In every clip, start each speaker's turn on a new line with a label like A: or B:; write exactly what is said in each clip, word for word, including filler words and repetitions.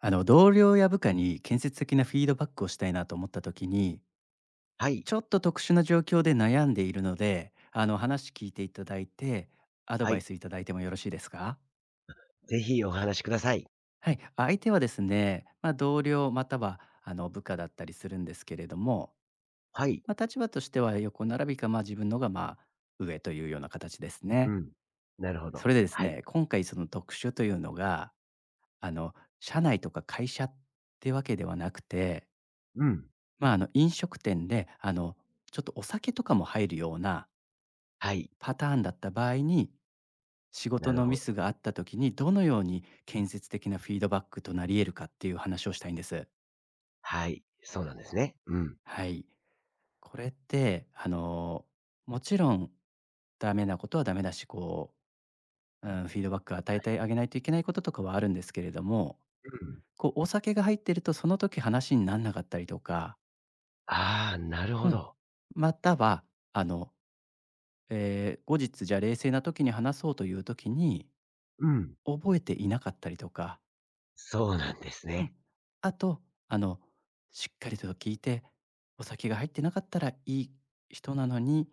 A: あの同僚や部下に建設的なフィードバックをしたいなと思った時に
B: はい。
A: ちょっと特殊な状況で悩んでいるのであの話聞いていただいてアド
B: は
A: バイ
B: い。
A: スいただいてもよろしいですか。
B: ぜひお話しください。
A: はい、相手はですね、まあ、同僚またはあの部下だったりするんですけれども、
B: はい。
A: まあ、立場としては横並びか、まあ、自分のがまあ上というような形です
B: う
A: ね。
B: ん。なるほど。
A: それでです
B: はい。
A: ね、今回その特殊というのがあの社内とか会社ってわけではなくて、
B: うん。
A: まあ、あの、飲食店で、あの、ちょっとお酒とかも入るような
B: はい。
A: パターンだった場合に、仕事
B: なる
A: の
B: ほ
A: ミ
B: ど。
A: スがあった時に、どのように建設的なフィードバックとなり得るかっていう話をしたいんです。
B: はい。そうなんですね。うん。うん。
A: はい。これって、あの、もちろんダメなことはダメだし、こう、うん、フィードバックを与えてあげないといけないこととかはあるんですけれども、こう、お酒が入ってるとその時話になんなかったりとか、
B: ああ、なるほ
A: うん。
B: ど。
A: または、あの、えー後日じゃあ冷静な時に話そうという時に、
B: うん。
A: 覚えていなかったりとか、
B: そうなんです
A: うん、
B: ね。
A: あと、あの、しっかりと聞いて、お酒が入ってなかったらいい人なのに、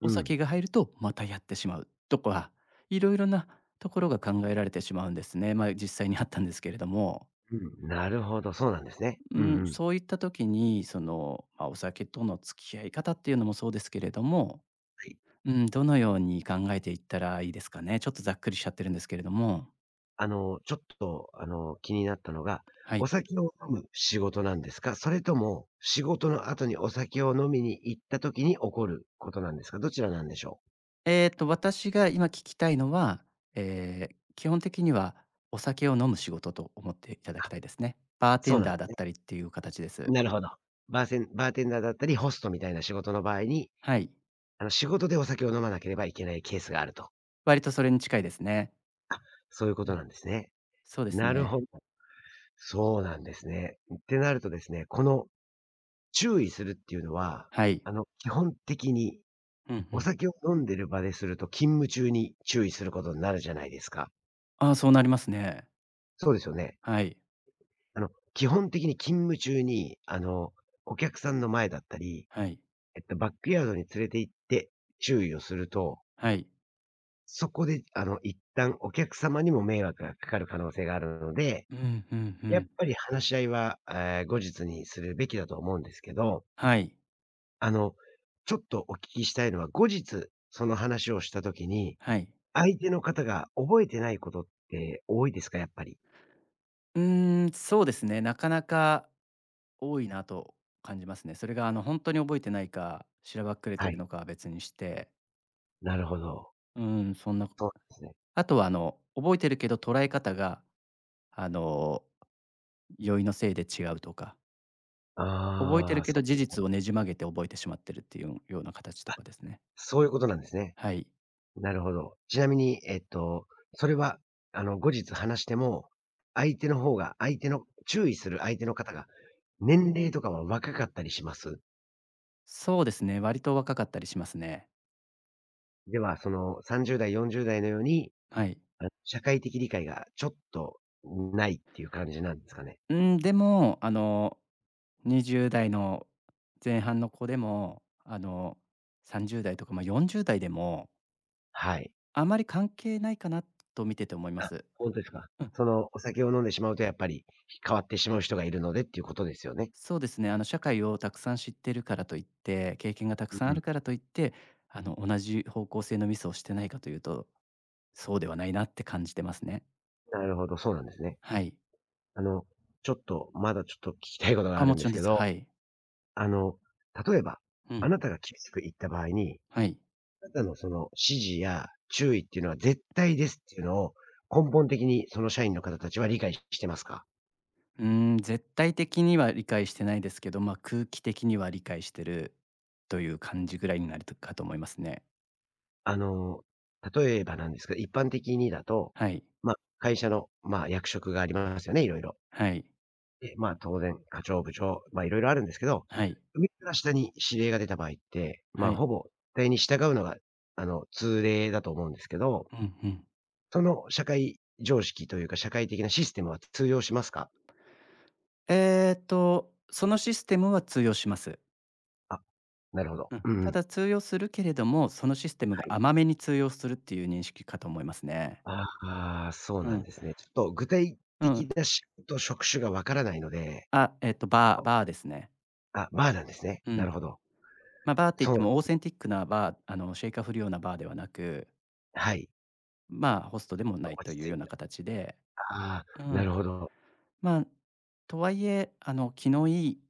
B: う
A: お
B: ん。
A: 酒が入るとまたやってしまうとか、いろいろなところが考えられてしまうんですね。まあ、実際にあったんですけれども、
B: うん。なるほど、そうなんですね。
A: う
B: う
A: ん、
B: んうん。
A: そういった時に、その、まあ、お酒との付き合い方っていうのもそうですけれども、
B: はい。
A: うん、どのように考えていったらいいですかね？ちょっとざっくりしちゃってるんですけれども。
B: あの、ちょっと、あの、気になったのが、
A: は
B: お
A: い。
B: 酒を飲む仕事なんですか？それとも、仕事の後にお酒を飲みに行った時に起こることなんですか？どちらなんでしょう？
A: えっと、私が今聞きたいのは、えー基本的にはお酒を飲む仕事と思っていただき
B: あ、
A: たいですね。バーテ
B: そう
A: ン
B: なん
A: ダ
B: で
A: ーだ
B: す
A: っ
B: ね。
A: たりっていう形です。
B: なるほど。バーセンバーテンダーだったり、ホストみたいな仕事の場合に、
A: はい。
B: あの、仕事でお酒を飲まなければいけないケースがあると。
A: 割とそれに近いですね。
B: あ、そういうこ
A: う
B: と
A: ん、
B: なんですね。
A: そうです
B: なるほ
A: ね。
B: ど。そうなんですね。ってなるとですね、この注意するっていうのは、
A: はい。
B: あの、基本的に
A: うんう
B: お
A: ん。
B: 酒を飲んでる場ですると、勤務中に注意することになるじゃないですか。
A: ああ、そうなりますね。
B: そうですよね。
A: はい、
B: あの、基本的に勤務中に、あの、お客さんの前だったり、
A: はい、
B: えっと、バックヤードに連れて行って注意をすると、
A: はい。
B: そこで、あの、一旦お客様にも迷惑がかかる可能性があるので、
A: うん、うんう
B: やっ
A: ん。
B: ぱり話し合いは、えー後日にするべきだと思うんですけど、
A: はい、
B: あの、ちょっとお聞きしたいのは、後日、その話をした時に、
A: はい。
B: 相手の方が覚えてないことって多いですか？やっぱり。
A: うーん、そうですね、なかなか多いなと感じますね。それが、あの、本当に覚えてないか、しらばっくれて
B: は
A: る
B: い、
A: のかは別にして、
B: なるほど。
A: うーん、そんな、
B: そうですね。
A: あとは、あの、覚えてるけど捉え方が、あの、酔いのせいで違うとか、覚えて
B: あ
A: る
B: あ、
A: けど
B: そ
A: 事
B: う、
A: 実をねじ曲げて覚えてしまってるっていうような形とかですね。
B: そういうことなんですね。
A: はい。
B: なるほど。ちなみに、えっと、それは、あの、後日話しても、相手の方が相手の注意する相手の方が年齢とかは若かったりします？
A: そうですね、割と若かったりしますね。
B: では、そのさんじゅう代、よんじゅう代のように、
A: はい。
B: あ、社会的理解がちょっとないっていう感じなんですかね？
A: うん、でも、あの、にじゅう代の前半の子でも、あの、さんじゅう代とか、まあ、よんじゅう代でも、
B: はい。
A: あまり関係ないかなと見てて思いま
B: あ、
A: す。
B: ほんとですか。
A: うん。
B: そのお酒を飲んでしまうとやっぱり変わってしまう人がいるのでっていうことですよね？
A: そうですね。あの、社会をたくさん知ってるからといって、経験がたく
B: う
A: さんある
B: ん。
A: からといって、あの、同じ方向性のミスをしてないかというと、そうではないなって感じてますね。
B: なるほど、そうなんですね。
A: はい。
B: あの、ちょっと、まだちょっと聞きたいことが
A: あ、
B: ある
A: も
B: ん
A: ち
B: で
A: ろん
B: す
A: で
B: け
A: す。
B: ど、
A: はい。
B: あの、例えば、
A: う
B: あ
A: ん。
B: なたが厳しく言った場合に、
A: はい。
B: あなたのその指示や注意っていうのは絶対ですっていうのを、根本的にその社員の方たちは理解してますか？
A: うーん、絶対的には理解してないですけど、まあ、空気的には理解してるという感じぐらいになるかと思いますね。
B: あの、例えばなんですけど、一般的にだと、
A: はい。
B: まあ、会社の、まあ、役職がありますよね、いろいろ。
A: はい。
B: で、まあ、当然課長、部長、まあ、いろいろあるんですけど、
A: はい。
B: 上から下に指令が出た場合って、ま
A: は
B: あ、
A: い。
B: ほぼ絶対に従うのが、あの、通例だと思うんですけど、
A: うんうん。
B: その社会常識というか、社会的なシステムは通用しますか？
A: えーっと、そのシステムは通用します。
B: あ、なるほど。
A: うん、
B: うんうん。
A: た
B: は
A: だ通用するけれども、そのシステムが
B: い。
A: 甘めに通用するっていう認識かと思いますね。
B: ああ、そう
A: う
B: なん
A: ん、
B: ですね。ちょっと具体
A: う
B: 的
A: ん。
B: な仕事職種がわからないので、
A: あ、えっとバー
B: お
A: バーですね。
B: あ、バーなんですね。
A: う
B: な
A: ん。
B: るほど。
A: まあ、バーって言っ
B: そ
A: て
B: う、
A: もオーセンティックなバー、あの、シェイカー振るようなバーではなく、
B: はい。
A: まあ、ホストでもな
B: 落
A: いと
B: ち
A: いうよ
B: 着い
A: うな
B: て、
A: 形で、
B: ああ、
A: う
B: な
A: ん。
B: るほど。
A: まあ、とはいえ、あの、気のいい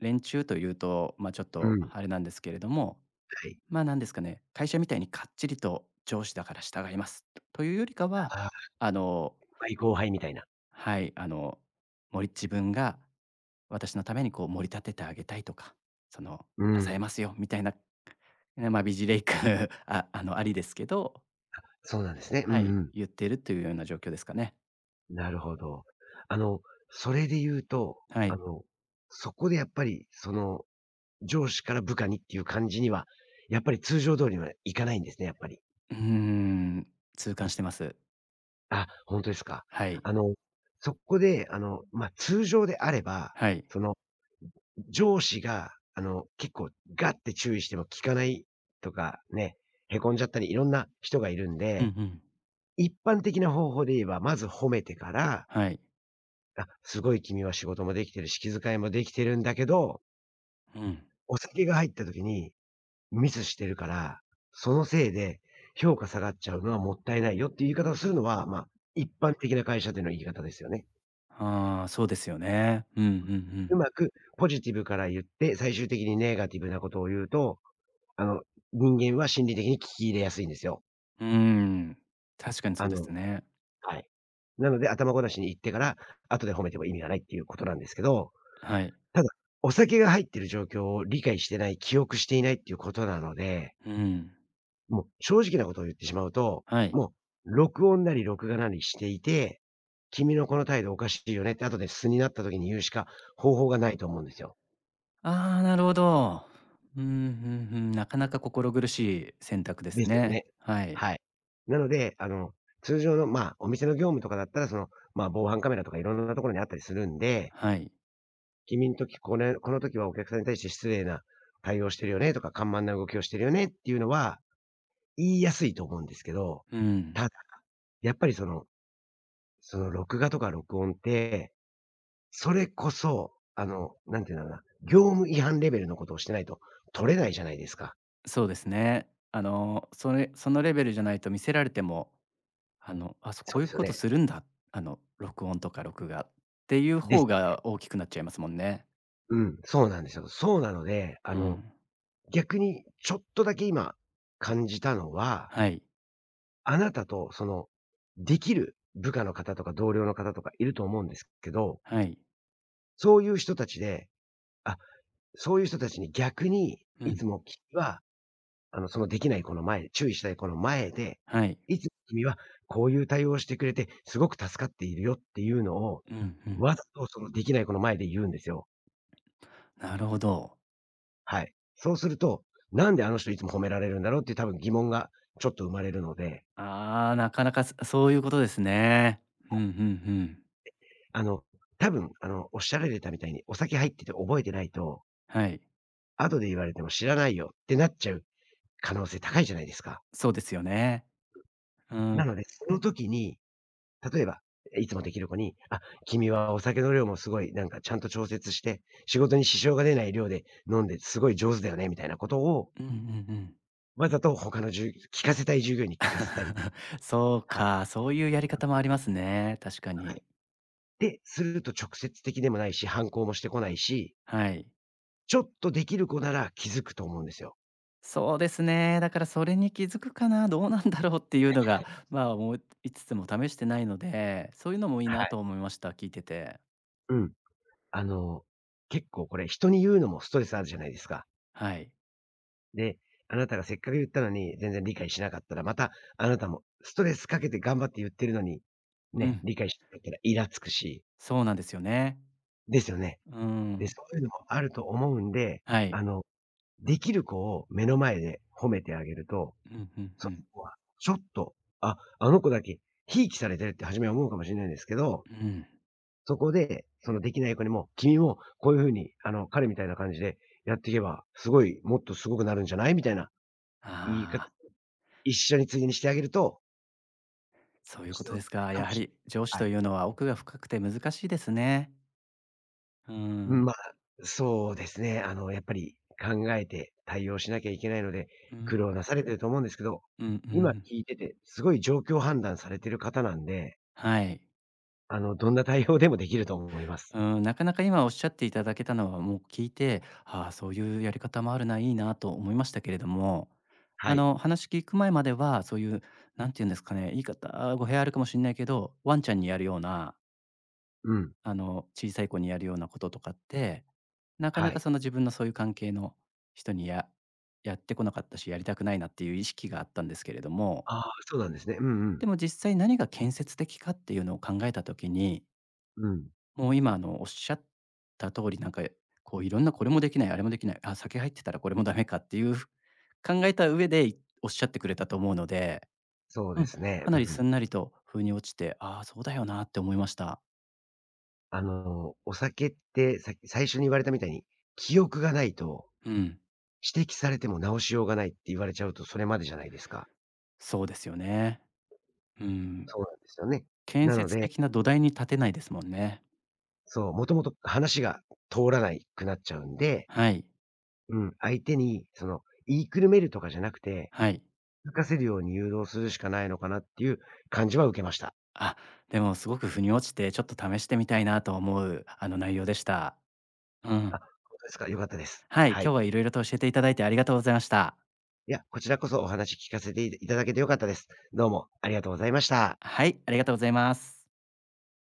A: 連中というと、まあ、ちょっ
B: う
A: と
B: ん、
A: あれなんですけれども、
B: はい。
A: まあ、なんですかね、会社みたいにかっちりと上司だから従いますとというよりかは、
B: ああ、
A: あの、
B: 先後輩みたいな。
A: はい、あの、もり自分が私のためにこう盛り立ててあげたいとか、その、
B: う
A: 支え
B: ん。
A: ますよみたいな、ね、まあ、美レイク あ、あの、ありですけど、
B: そうなんですね。う
A: はい、
B: んうん。
A: 言ってるというような状況ですかね。
B: なるほど。あの、それで言うと、
A: は
B: あ
A: い。
B: の、そこでやっぱり、その、上司から部下にっていう感じには、やっぱり通常通りにはいかないんですね、やっぱり。
A: うーん、痛感してます。
B: あ、本当ですか。
A: はい。
B: あの、そこで、あの、まあ、通常であれば、
A: はい。
B: その、上司が、あの、結構ガッて注意しても聞かないとか、ね、へこんじゃったり、いろんな人がいるん
A: うんう
B: で、
A: ん。
B: 一般的な方法で言えば、まず褒めてから、
A: はい。
B: 「あ、すごい君は仕事もできてるし、気遣いもできてるんだけど、
A: うん。
B: お酒が入った時にミスしてるから、そのせいで評価下がっちゃうのはもったいないよ」っていう言い方をするのは、まあ、一般的な会社での言い方ですよね。
A: ああ、そうですよね。うんうんう
B: う
A: ん。
B: まくポジティブから言って、最終的にネガティブなことを言うと、あの、人間は心理的に聞き入れやすいんですよ。
A: うーん、確かにそ
B: あ
A: うで
B: の
A: すね。
B: はい。なので、頭ごなしに言ってから、後で褒めても意味がないっていうことなんですけど、
A: はい。
B: ただ、お酒が入ってる状況を理解してない、記憶していないっていうことなので、
A: うん。
B: もう正直なことを言ってしまうと、
A: はい。
B: もう録音なり録画なりしていて、君のこの態度おかしいよねって後で素になった時に言うしか方法がないと思うんですよ。
A: ああ、なるほど。うん、うんうん、なかなか心苦しい選択です
B: ですよ
A: ね。
B: ね。
A: はい。
B: はい。なので、あの、通常の、まあ、お店の業務とかだったら、その、まあ、防犯カメラとかいろんなところにあったりするんで、
A: はい。
B: 君の時、これこの時はお客さんに対して失礼な対応してるよねとか、緩慢な動きをしてるよねっていうのは、言いやすいと思うんですけど、
A: うん。
B: ただ、やっぱりその、その、録画とか録音って、それこそ、あの、なんていうんだろうな、業務違反レベルのことをしてないと取れないじゃないですか。
A: そうですね。あの、それそのレベルじゃないと見せられても、あの、あ、そう
B: そ
A: こう
B: う
A: いう
B: ですよ
A: こと
B: ね。
A: するんだ、あの、録音とか録画っていう
B: です
A: 方が大きくなっちゃいますもんね。
B: うん、そうなんですよ。そうなので、あ
A: う
B: の
A: ん。
B: 逆にちょっとだけ今感じたのは、
A: はい。
B: あなたとその、できる部下の方とか同僚の方とかいると思うんですけど、
A: はい。
B: そういう人たちで、あ、そういう人たちに逆に、
A: う
B: いつ
A: ん。
B: も君は、あの、そのできない子の前、注意したい子の前で、
A: はい。
B: いつも君はこういう対応をしてくれて、すごく助かっているよっていうのを、
A: うんうん。
B: わざとそのできない子の前で言うんですよ。
A: なるほど。
B: はい。そうすると、なんであの人いつも褒められるんだろうっていう多分疑問がちょっと生まれるので、
A: ああ、なかなか、そそういうことですね。うん、うんうん。
B: あの、多分、あの、おっしゃられたみたいに、お酒入ってて覚えてないと、
A: はい。
B: 後で言われても知らないよってなっちゃう可能性高いじゃないですか。
A: そうですよね。う
B: な
A: ん。
B: ので、その時に、例えば、いつもできる子に、あ、君はお酒の量もすごい、なんかちゃんと調節して、仕事に支障が出ない量で飲んですごい上手だよねみたいなことを、
A: うんうんうん。
B: わざと他のじゅう聞かせたい従業員に聞かせたり、
A: そう
B: はい、
A: か、そういうやり方もありますね、確か
B: は
A: に。
B: い。で、すると直接的でもないし、反抗もしてこないし、
A: はい。
B: ちょっとできる子なら気づくと思うんですよ。
A: そうですね、だからそれに気づくかな、どうなんだろうっていうのが、まあ、思いつつも試してないので、そういうのもいい
B: は
A: な
B: い。
A: と思いました、聞いてて。
B: うん。あの、結構これ人に言うのもストレスあるじゃないですか。
A: はい。
B: で、あなたがせっかく言ったのに、全然理解しなかったら、またあなたもストレスかけて頑張って言ってるのに、
A: う
B: ね、
A: ん、
B: 理解しなかったらイラつくし、
A: そうなんですよね。
B: ですよね。
A: う
B: で、
A: ん、
B: そういうのもあると思うんで、
A: はい。
B: あの、できる子を目の前で褒めてあげると、
A: うんうんう
B: そ
A: ん。
B: の子はちょっと、あ、あの子だけ、ひいきされてるって初めは思うかもしれないんですけど、
A: うん。
B: そこで、そのできない子にも、君もこういう風に、あの、彼みたいな感じでやっていけば、すごい、もっとすごくなるんじゃないみたいな言いか
A: ああ、
B: 一緒に次にしてあげると、
A: そういう
B: し
A: こ
B: て
A: とですか。
B: か
A: や
B: も
A: は
B: し
A: り上司
B: れない。
A: と
B: はい。
A: いうのは奥が深くて難しいですね。う
B: うん、
A: ん、
B: まあ、そうですね。あの、やっぱり考えて対応しなきゃいけないので、
A: うん、
B: 苦労なされてると思うんですけど、
A: うんう
B: 今
A: ん。
B: 聞いてて、すごい状況判断されてる方なんで、
A: はい。
B: あの、どんな対応でもできると思います。
A: うん、なかなか今おっしゃっていただけたのはもう聞いて、ああ、そういうやり方もあるな、いいなと思いましたけれども、あ
B: はい。
A: の、話聞く前までは、そういう、なんて言うんですかね、言い方、語弊あるかもしれないけど、ワンちゃんにやるような、
B: うん。
A: あの、小さい子にやるようなこととかって、なか
B: は
A: なか
B: い。
A: その自分のそういう関係の人にややってこなかったし、やりたくないなっていう意識があったんですけれども、
B: ああ、そうなんですね。うんう
A: で
B: ん。
A: も実際何が建設的かっていうのを考えた時に
B: うん。
A: もう今あのおっしゃった通り、なんかこういろんなこれもできない、あれもできない、あ、酒入ってたらこれもダメかっていう考えた上でいおっしゃってくれたと思うので、
B: そう
A: う
B: で
A: ん、
B: すね。
A: か
B: う
A: なりす
B: ん。
A: んなりと風に落ちて、ああ、そうだよなって思いました。
B: あの、お酒って、さ最初に言われたみたいに、記憶がないと、
A: うん、
B: 指摘されても直しようがないって言われちゃうとそれまでじゃないですか。
A: そうですよね。うん、
B: そうなんですよね。
A: 建
B: なの
A: 設
B: で、
A: 的な土台に立てないですもんね。
B: そう、もともと話が通らないくなっちゃうんで、
A: はい、
B: うん、相手にその、言いくるめるとかじゃなくて、
A: はい。
B: 気づかせるように誘導するしかないのかなっていう感じは受けました。
A: あ、でもすごく腑に落ちて、ちょっと試してみたいなと思うあの内容でした。うん。
B: あ、ほんですか。良かったです。
A: はい、
B: は
A: 今日
B: い。
A: はいろいろと教えていただいてありがとうございました。
B: いや、こちらこそお話聞かせていいただけて良かったです。どうもありがとうございました。
A: はい、ありがとうございます。